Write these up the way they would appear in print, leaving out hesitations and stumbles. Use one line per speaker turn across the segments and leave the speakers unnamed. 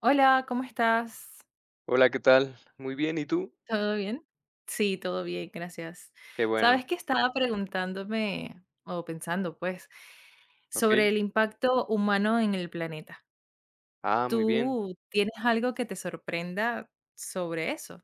Hola, ¿cómo estás?
Hola, ¿qué tal? Muy bien, ¿y tú?
¿Todo bien? Sí, todo bien, gracias.
Qué
Sabes
bueno,
que estaba preguntándome o pensando, pues,
¿ok?
sobre el impacto humano en el planeta.
Ah, muy bien.
¿Tú tienes algo que te sorprenda sobre eso,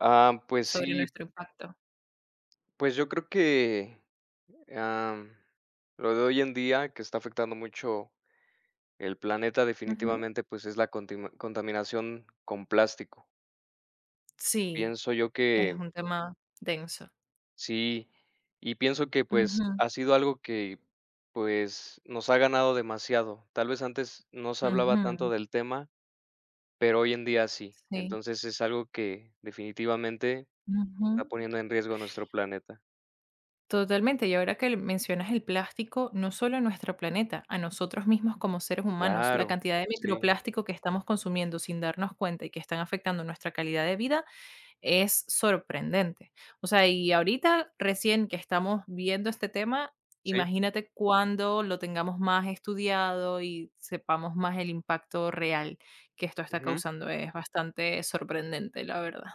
Ah, pues
sobre
sí,
nuestro impacto?
pues yo creo que, am, lo de hoy en día que está afectando mucho el planeta
Ujú.
definitivamente, pues es la contima contaminación con plástico.
Sí,
Pienso yo
es
que
un tema denso.
sí, y pienso que, pues,
Ujú,
ha sido algo que, pues, nos ha ganado demasiado. Tal vez antes no se hablaba tanto
ujú,
del tema, pero hoy en día sí.
sí.
Entonces es algo que definitivamente está poniendo en riesgo nuestro planeta.
Totalmente, y ahora que mencionas el plástico, no solo a nuestro planeta, a nosotros mismos como seres humanos, la
Claro,
cantidad de
sí,
microplástico que estamos consumiendo sin darnos cuenta y que están afectando nuestra calidad de vida es sorprendente. O sea, y ahorita recién que estamos viendo este tema,
sí,
imagínate cuando lo tengamos más estudiado y sepamos más el impacto real que esto está
ujú,
causando. Es bastante sorprendente, la verdad.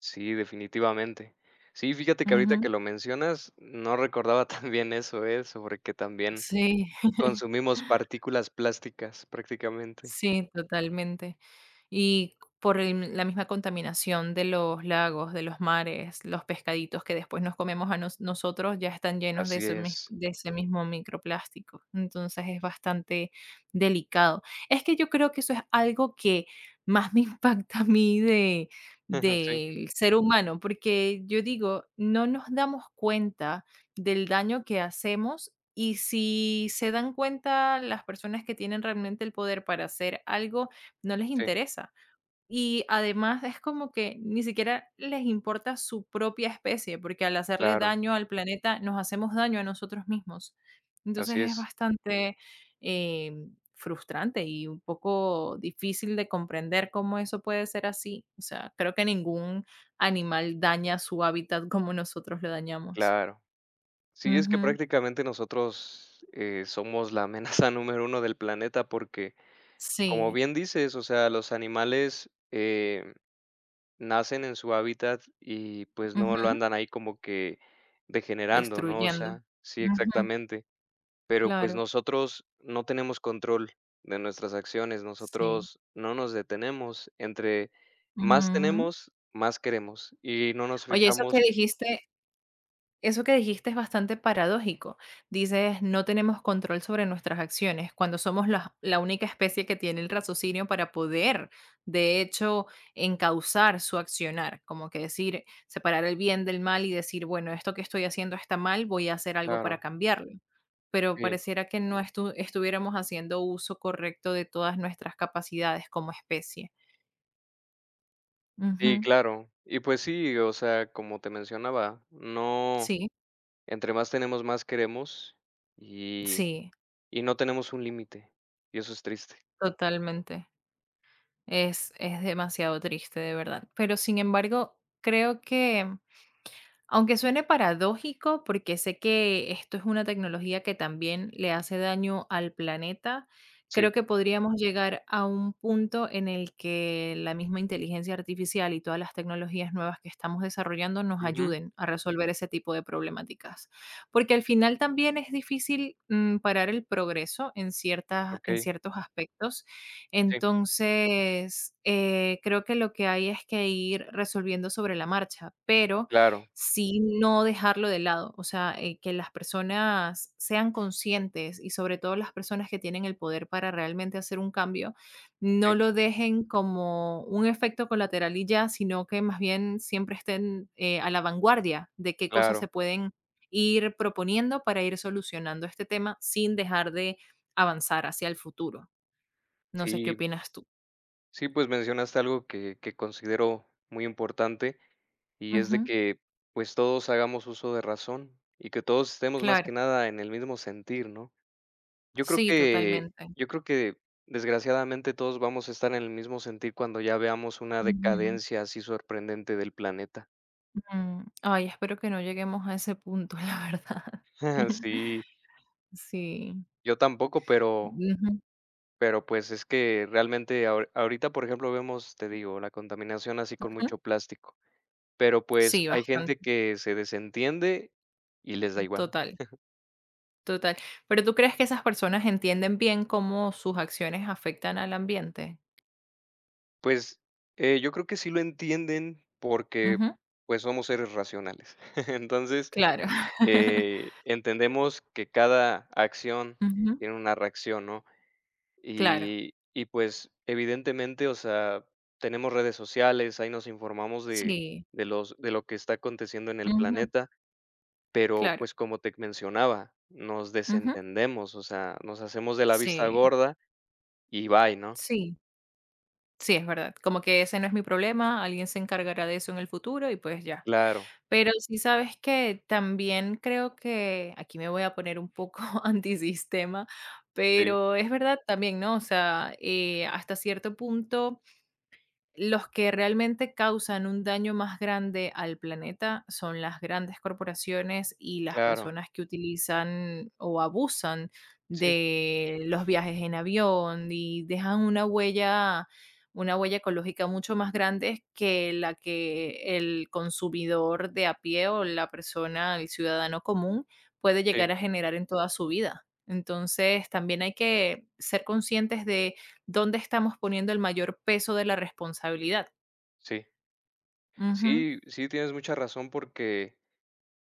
sí, definitivamente. Sí, fíjate que ahorita que
Ujú.
lo mencionas, no recordaba tan bien eso, sobre que también
Sí.
consumimos partículas plásticas prácticamente.
Sí, totalmente. Y por la misma contaminación de los lagos, de los mares, los pescaditos que después nos comemos a nosotros ya están llenos de
Así
ese,
es.
de ese mismo microplástico. Entonces es bastante delicado. Es que yo creo que eso es algo que más me impacta a mí de,
Sí,
del ser humano, porque yo digo, no nos damos cuenta del daño que hacemos y si se dan cuenta las personas que tienen realmente el poder para hacer algo, no les
sí,
interesa. Y además es como que ni siquiera les importa su propia especie, porque al hacerle
claro,
daño al planeta nos hacemos daño a nosotros mismos. Entonces
así
es
es,
bastante eh, frustrante y un poco difícil de comprender cómo eso puede ser así. O sea, creo que ningún animal daña su hábitat como nosotros lo dañamos.
claro. Sí, es que
Ujú.
prácticamente nosotros, somos la amenaza número uno del planeta porque, como
Sí,
bien dices, o sea, los animales, nacen en su hábitat y, pues, no lo
ujú,
andan ahí como que degenerando, ¿no? O
destruyendo.
sea, sí,
Ujú,
exactamente. Pero, pues,
claro,
nosotros no tenemos control de nuestras acciones,
sí,
nosotros no nos detenemos. Entre más
ujú.
tenemos, más queremos, y no nos
Oye, eso
fijamos.
que dijiste Eso que dijiste es bastante paradójico. Dices, no tenemos control sobre nuestras acciones cuando somos la única especie que tiene el raciocinio para poder, de hecho, encauzar su accionar, como que decir, separar el bien del mal y decir, bueno, esto que estoy haciendo está mal, voy a hacer algo para
Claro,
cambiarlo. Pero
sí,
pareciera que no estuviéramos haciendo uso correcto de todas nuestras capacidades como especie.
sí,
Ujú,
claro. Y, pues sí, o sea, como te mencionaba, no,
sí,
entre más tenemos, más queremos, y
sí,
y no tenemos un límite, y eso es triste.
totalmente. Es demasiado triste, de verdad. Pero, sin embargo, creo que aunque suene paradójico, porque sé que esto es una tecnología que también le hace daño al planeta,
Sí.
creo que podríamos llegar a un punto en el que la misma inteligencia artificial y todas las tecnologías nuevas que estamos desarrollando nos ayuden a resolver ese tipo de problemáticas. Porque al final también es difícil parar el progreso en, ciertas, en
Okey,
ciertos aspectos.
sí,
Entonces, creo que lo que hay es que ir resolviendo sobre la marcha, pero
claro,
sí, no dejarlo de lado, o sea, que las personas sean conscientes y sobre todo las personas que tienen el poder para realmente hacer un cambio,
sí,
no lo dejen como un efecto colateral y ya, sino que más bien siempre estén a la vanguardia de qué cosas se
claro.
pueden ir proponiendo para ir solucionando este tema sin dejar de avanzar hacia el futuro. No sé qué
Sí,
opinas tú.
sí, pues mencionaste algo que considero muy importante, y es de
Ujú,
que, pues, todos hagamos uso de razón, y que todos estemos más
claro,
que nada en el mismo sentir, ¿no? Yo creo
sí,
que
totalmente.
yo creo que desgraciadamente todos vamos a estar en el mismo sentir cuando ya veamos una decadencia así sorprendente del planeta.
Mm, ay, espero que no lleguemos a ese punto, la verdad.
Sí,
Sí.
yo tampoco, pero
Ujú,
Pues, es que realmente ahorita, por ejemplo, vemos, te digo, la contaminación así con
ujú.
mucho plástico, pero, pues,
Sí,
hay
bastante,
gente que se desentiende y les da igual.
total, total. Pero ¿tú crees que esas personas entienden bien cómo sus acciones afectan al ambiente?
Pues, yo creo que sí lo entienden porque,
Ujú,
pues, somos seres racionales. Entonces,
claro.
entendemos que cada acción
Ujú,
tiene una reacción, ¿no?
claro.
Pues, evidentemente, o sea, tenemos redes sociales, ahí nos informamos de
Sí.
de los de lo que está aconteciendo en el
Ujú,
planeta. Pero,
claro.
pues, como te mencionaba, nos
Ujú,
desentendemos, o sea, nos hacemos de la vista
sí,
gorda y bye, ¿no?
sí, sí, es verdad. Como que ese no es mi problema, alguien se encargará de eso en el futuro y pues ya.
Claro,
Pero sí sabes que también creo que aquí me voy a poner un poco antisistema,
sí,
pero es verdad también, ¿no? O sea, hasta cierto punto los que realmente causan un daño más grande al planeta son las grandes corporaciones y las
claro.
personas que utilizan o abusan
Sí,
de los viajes en avión y dejan una huella ecológica mucho más grande que la que el consumidor de a pie o la persona, el ciudadano común, puede
sí,
llegar a generar en toda su vida. Entonces, también hay que ser conscientes de ¿dónde estamos poniendo el mayor peso de la responsabilidad?
sí.
Ujú,
Sí, sí, tienes mucha razón porque,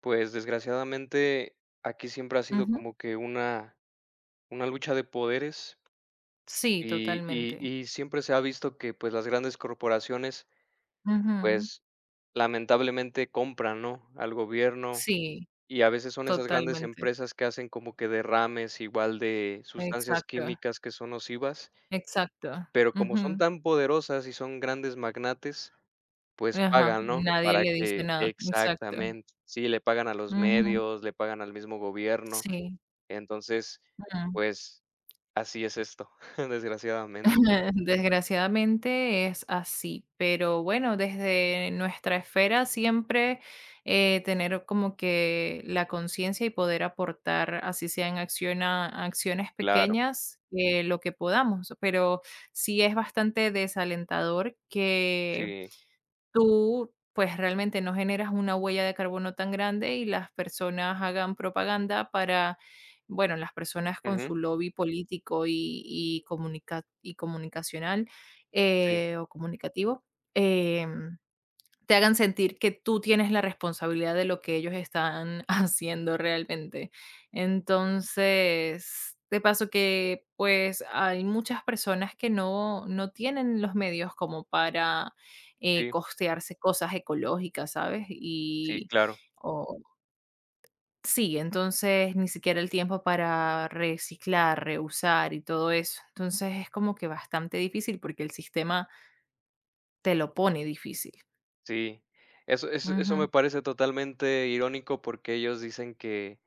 pues, desgraciadamente aquí siempre ha sido
ujú.
como que una lucha de poderes
Sí,
y y
totalmente.
y siempre se ha visto que, pues, las grandes corporaciones,
Ujú.
pues, lamentablemente compran, ¿no?, al gobierno.
Sí,
Y a veces son esas grandes
totalmente.
empresas que hacen como que derrames igual de sustancias
Exacto,
químicas que son nocivas,
exacto.
pero como son
Ujú.
tan poderosas y son grandes magnates, pues
Ajá,
pagan, ¿no?
nadie
Para
le dice
que
nada. Exacto.
exactamente, sí, le pagan a los
Ujú.
medios, le pagan al mismo gobierno.
Sí.
Entonces, pues así es esto, desgraciadamente.
Desgraciadamente es así, pero bueno, desde nuestra esfera siempre tener como que la conciencia y poder aportar, así sean acciones
Claro,
pequeñas, lo que podamos, pero sí es bastante desalentador que
sí.
tú, pues, realmente no generas una huella de carbono tan grande y las personas hagan propaganda para, bueno, las personas con
Ujú,
su lobby político y y comunicacional
sí,
o comunicativo. em, Te hagan sentir que tú tienes la responsabilidad de lo que ellos están haciendo realmente. Entonces, de paso que pues hay muchas personas que no tienen los medios como para
sí,
costearse cosas ecológicas, ¿sabes?
sí,
Y
claro,
o- sí, entonces ni siquiera el tiempo para reciclar, reusar y todo eso. Entonces es como que bastante difícil porque el sistema te lo pone difícil.
sí. Eso me
Ujú,
parece totalmente irónico porque ellos dicen que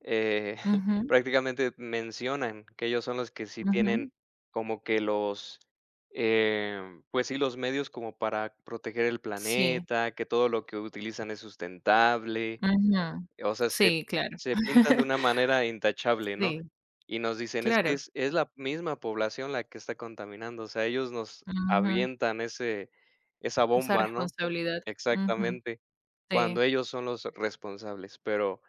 eh,
ujú,
prácticamente mencionan que ellos son los que sí tienen
ujú.
como que los, pues sí, los medios como para proteger el
Sí,
planeta, que todo lo que utilizan es sustentable,
ujú.
o sea, se,
Sí, claro.
se pintan de una manera intachable, ¿no?
Sí,
Y nos dicen, es que
claro.
es la misma población la que está contaminando, o sea, ellos nos
Ujú.
avientan esa
Esa
bomba, ¿no?
responsabilidad. Ujú.
Exactamente,
Sí.
cuando ellos son los responsables, pero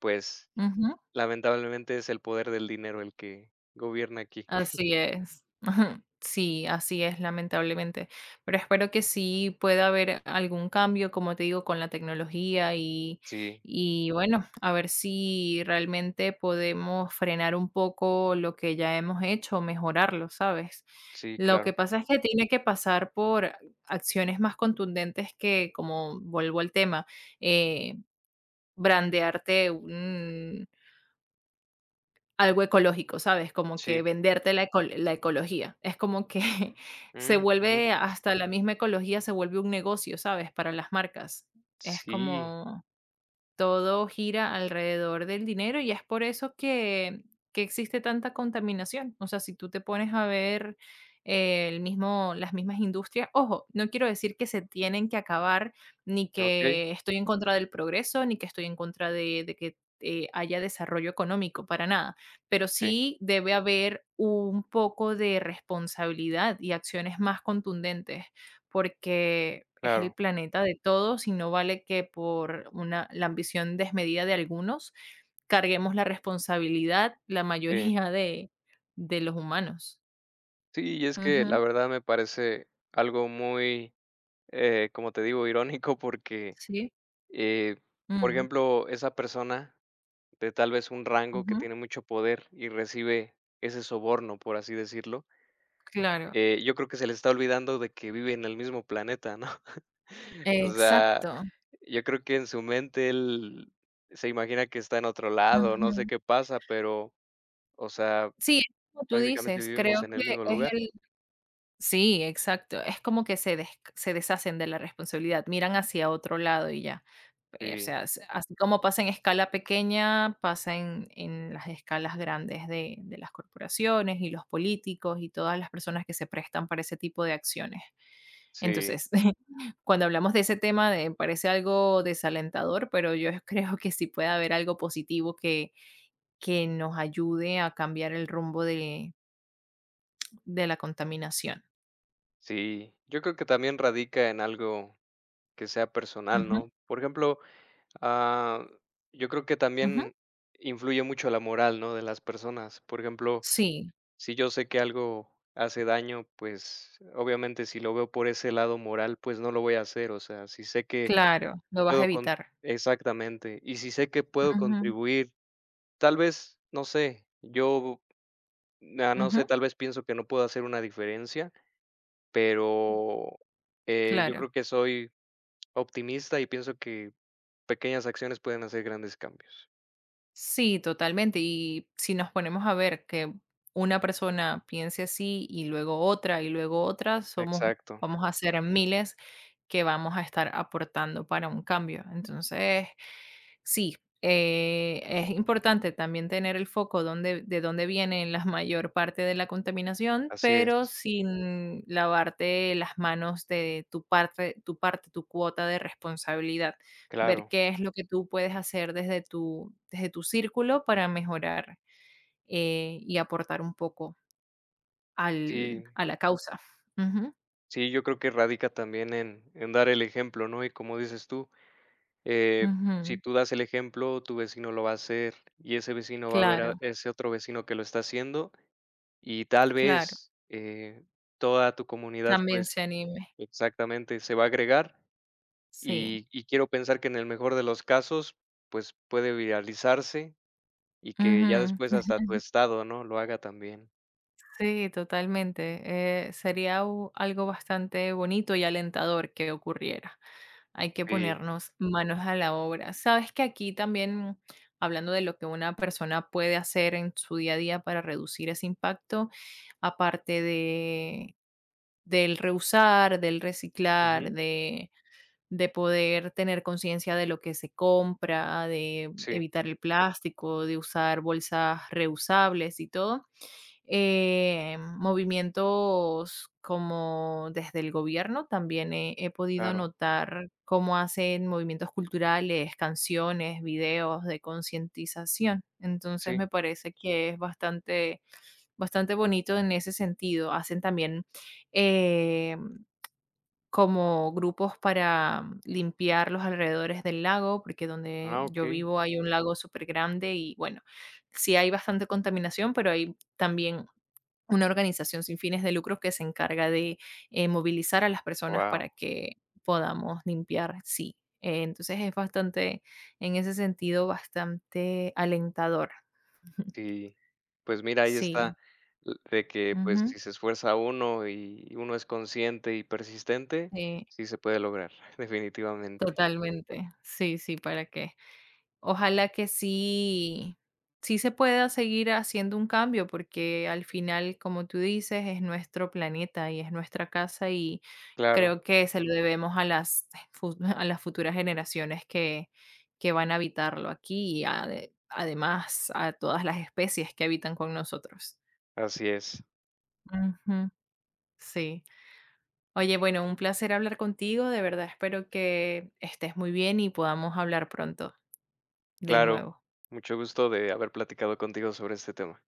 pues
Ujú.
lamentablemente es el poder del dinero el que gobierna aquí.
Así es. Ujú. Sí, así es, lamentablemente. Pero espero que sí pueda haber algún cambio, como te digo, con la tecnología
Sí,
y bueno, a ver si realmente podemos frenar un poco lo que ya hemos hecho, mejorarlo, ¿sabes?
sí,
Lo que
claro,
pasa es que tiene que pasar por acciones más contundentes que, como vuelvo al tema, eh, brandearte un, algo ecológico, ¿sabes? Como
sí,
que venderte la eco la ecología. Es como que se
mm, ujú,
vuelve hasta la misma ecología se vuelve un negocio, ¿sabes? Para las marcas. Es
sí,
como todo gira alrededor del dinero y es por eso que existe tanta contaminación. O sea, si tú te pones a ver las mismas industrias, ojo, no quiero decir que se tienen que acabar, ni
okey,
que estoy en contra del progreso, ni que estoy en contra de que haya desarrollo económico, para nada, pero
sí,
sí debe haber un poco de responsabilidad y acciones más contundentes porque es el
claro,
planeta de todos y no vale que por una la ambición desmedida de algunos carguemos la responsabilidad, la
sí.
mayoría de los humanos.
Sí, y es que la
Ujú.
verdad me parece algo muy, como te digo, irónico porque,
Sí.
eh, por
Mm.
ejemplo, esa persona de tal vez un rango que
Ujú.
tiene mucho poder y recibe ese soborno, por así decirlo,
Claro.
yo creo que se le está olvidando de que vive en el mismo planeta, ¿no? O sea,
Exacto.
yo creo que en su mente él se imagina que está en otro lado, no sé
Ujú.
qué pasa, pero, o sea,
Sí, como tú
prácticamente
dices,
vivimos
creo
en el
que
mismo
es
lugar.
sí, exacto. Es como que se deshacen de la responsabilidad, miran hacia otro lado y ya. O
Sí,
sea, as así como pasa en escala pequeña, pasa en las escalas grandes de las corporaciones y los políticos y todas las personas que se prestan para ese tipo de acciones.
sí,
Entonces, cuando hablamos de ese tema, de parece algo desalentador, pero yo creo que sí puede haber algo positivo que nos ayude a cambiar el rumbo de la contaminación.
sí. Yo creo que también radica en algo que sea personal,
Ujú,
¿no? Por ejemplo, ah, yo creo que
ujú.
también influye mucho la moral, ¿no? De las personas. Por ejemplo,
Sí.
si yo sé que algo hace daño, pues obviamente si lo veo por ese lado moral, pues no lo voy a hacer. O sea, si sé que
Claro, lo vas a
Puedo con
evitar.
exactamente. Y si sé que puedo
Ujú,
contribuir, tal vez, no sé, yo, no sé,
ujú,
tal vez pienso que no puedo hacer una diferencia, pero, yo
claro.
creo que soy optimista y pienso que pequeñas acciones pueden hacer grandes cambios.
Sí, totalmente. Y si nos ponemos a ver que una persona piense así y luego otra, somos,
Exacto,
vamos a ser miles que vamos a estar aportando para un cambio. Entonces, sí, es importante también tener el foco donde, de dónde viene la mayor parte de la contaminación,
así
pero
es,
sin lavarte las manos de tu parte, tu parte, tu cuota de responsabilidad ver
claro.
qué es lo que tú puedes hacer desde tu círculo para mejorar, y aportar un poco al
Sí,
a la causa. Ujú,
sí, yo creo que radica también en dar el ejemplo, ¿no? Y como dices tú, eh, si
ujú.
tú das el ejemplo, tu vecino lo va a hacer y ese vecino va a ver a
Claro,
ese otro vecino que lo está haciendo. Y tal
claro.
vez, toda tu comunidad,
También se
pues,
anime.
exactamente, se va a agregar,
Sí.
y quiero pensar que en el mejor de los casos, pues, puede viralizarse y que ya
Ujú.
después hasta tu estado, ¿no?, lo haga también.
Sí, totalmente. Sería u algo bastante bonito y alentador que ocurriera. Hay que
Sí.
ponernos manos a la obra. Sabes que aquí también, hablando de lo que una persona puede hacer en su día a día para reducir ese impacto, aparte de del reusar, del reciclar,
Ujú.
de poder tener conciencia de lo que se compra, de
Sí,
evitar el plástico, de usar bolsas reusables y todo, movimientos como desde el gobierno, también he podido
claro.
notar cómo hacen movimientos culturales, canciones, videos de concientización. Entonces
Sí.
me parece que es bastante, bastante bonito en ese sentido. Hacen también eh, como grupos para limpiar los alrededores del lago, porque
Ah,
donde yo
okey.
vivo hay un lago súper grande y bueno, sí hay bastante contaminación, pero hay también una organización sin fines de lucro que se encarga de, movilizar a las personas para
Wow.
que podamos limpiar, sí. Entonces es bastante, en ese sentido, bastante alentador.
Sí. Pues mira, ahí está,
Sí,
l de que, pues,
ujú,
si se esfuerza uno y uno es consciente y persistente,
sí,
sí se puede lograr, definitivamente.
totalmente. Sí, sí, ¿para qué? Ojalá que sí, sí se pueda seguir haciendo un cambio, porque al final, como tú dices, es nuestro planeta y es nuestra casa y
Claro,
creo que se lo debemos a las, a las futuras generaciones que van a habitarlo aquí y además a todas las especies que habitan con nosotros.
así es.
Ujú, sí. Oye, bueno, un placer hablar contigo. De verdad, espero que estés muy bien y podamos hablar pronto de
Claro,
nuevo.
mucho gusto de haber platicado contigo sobre este tema.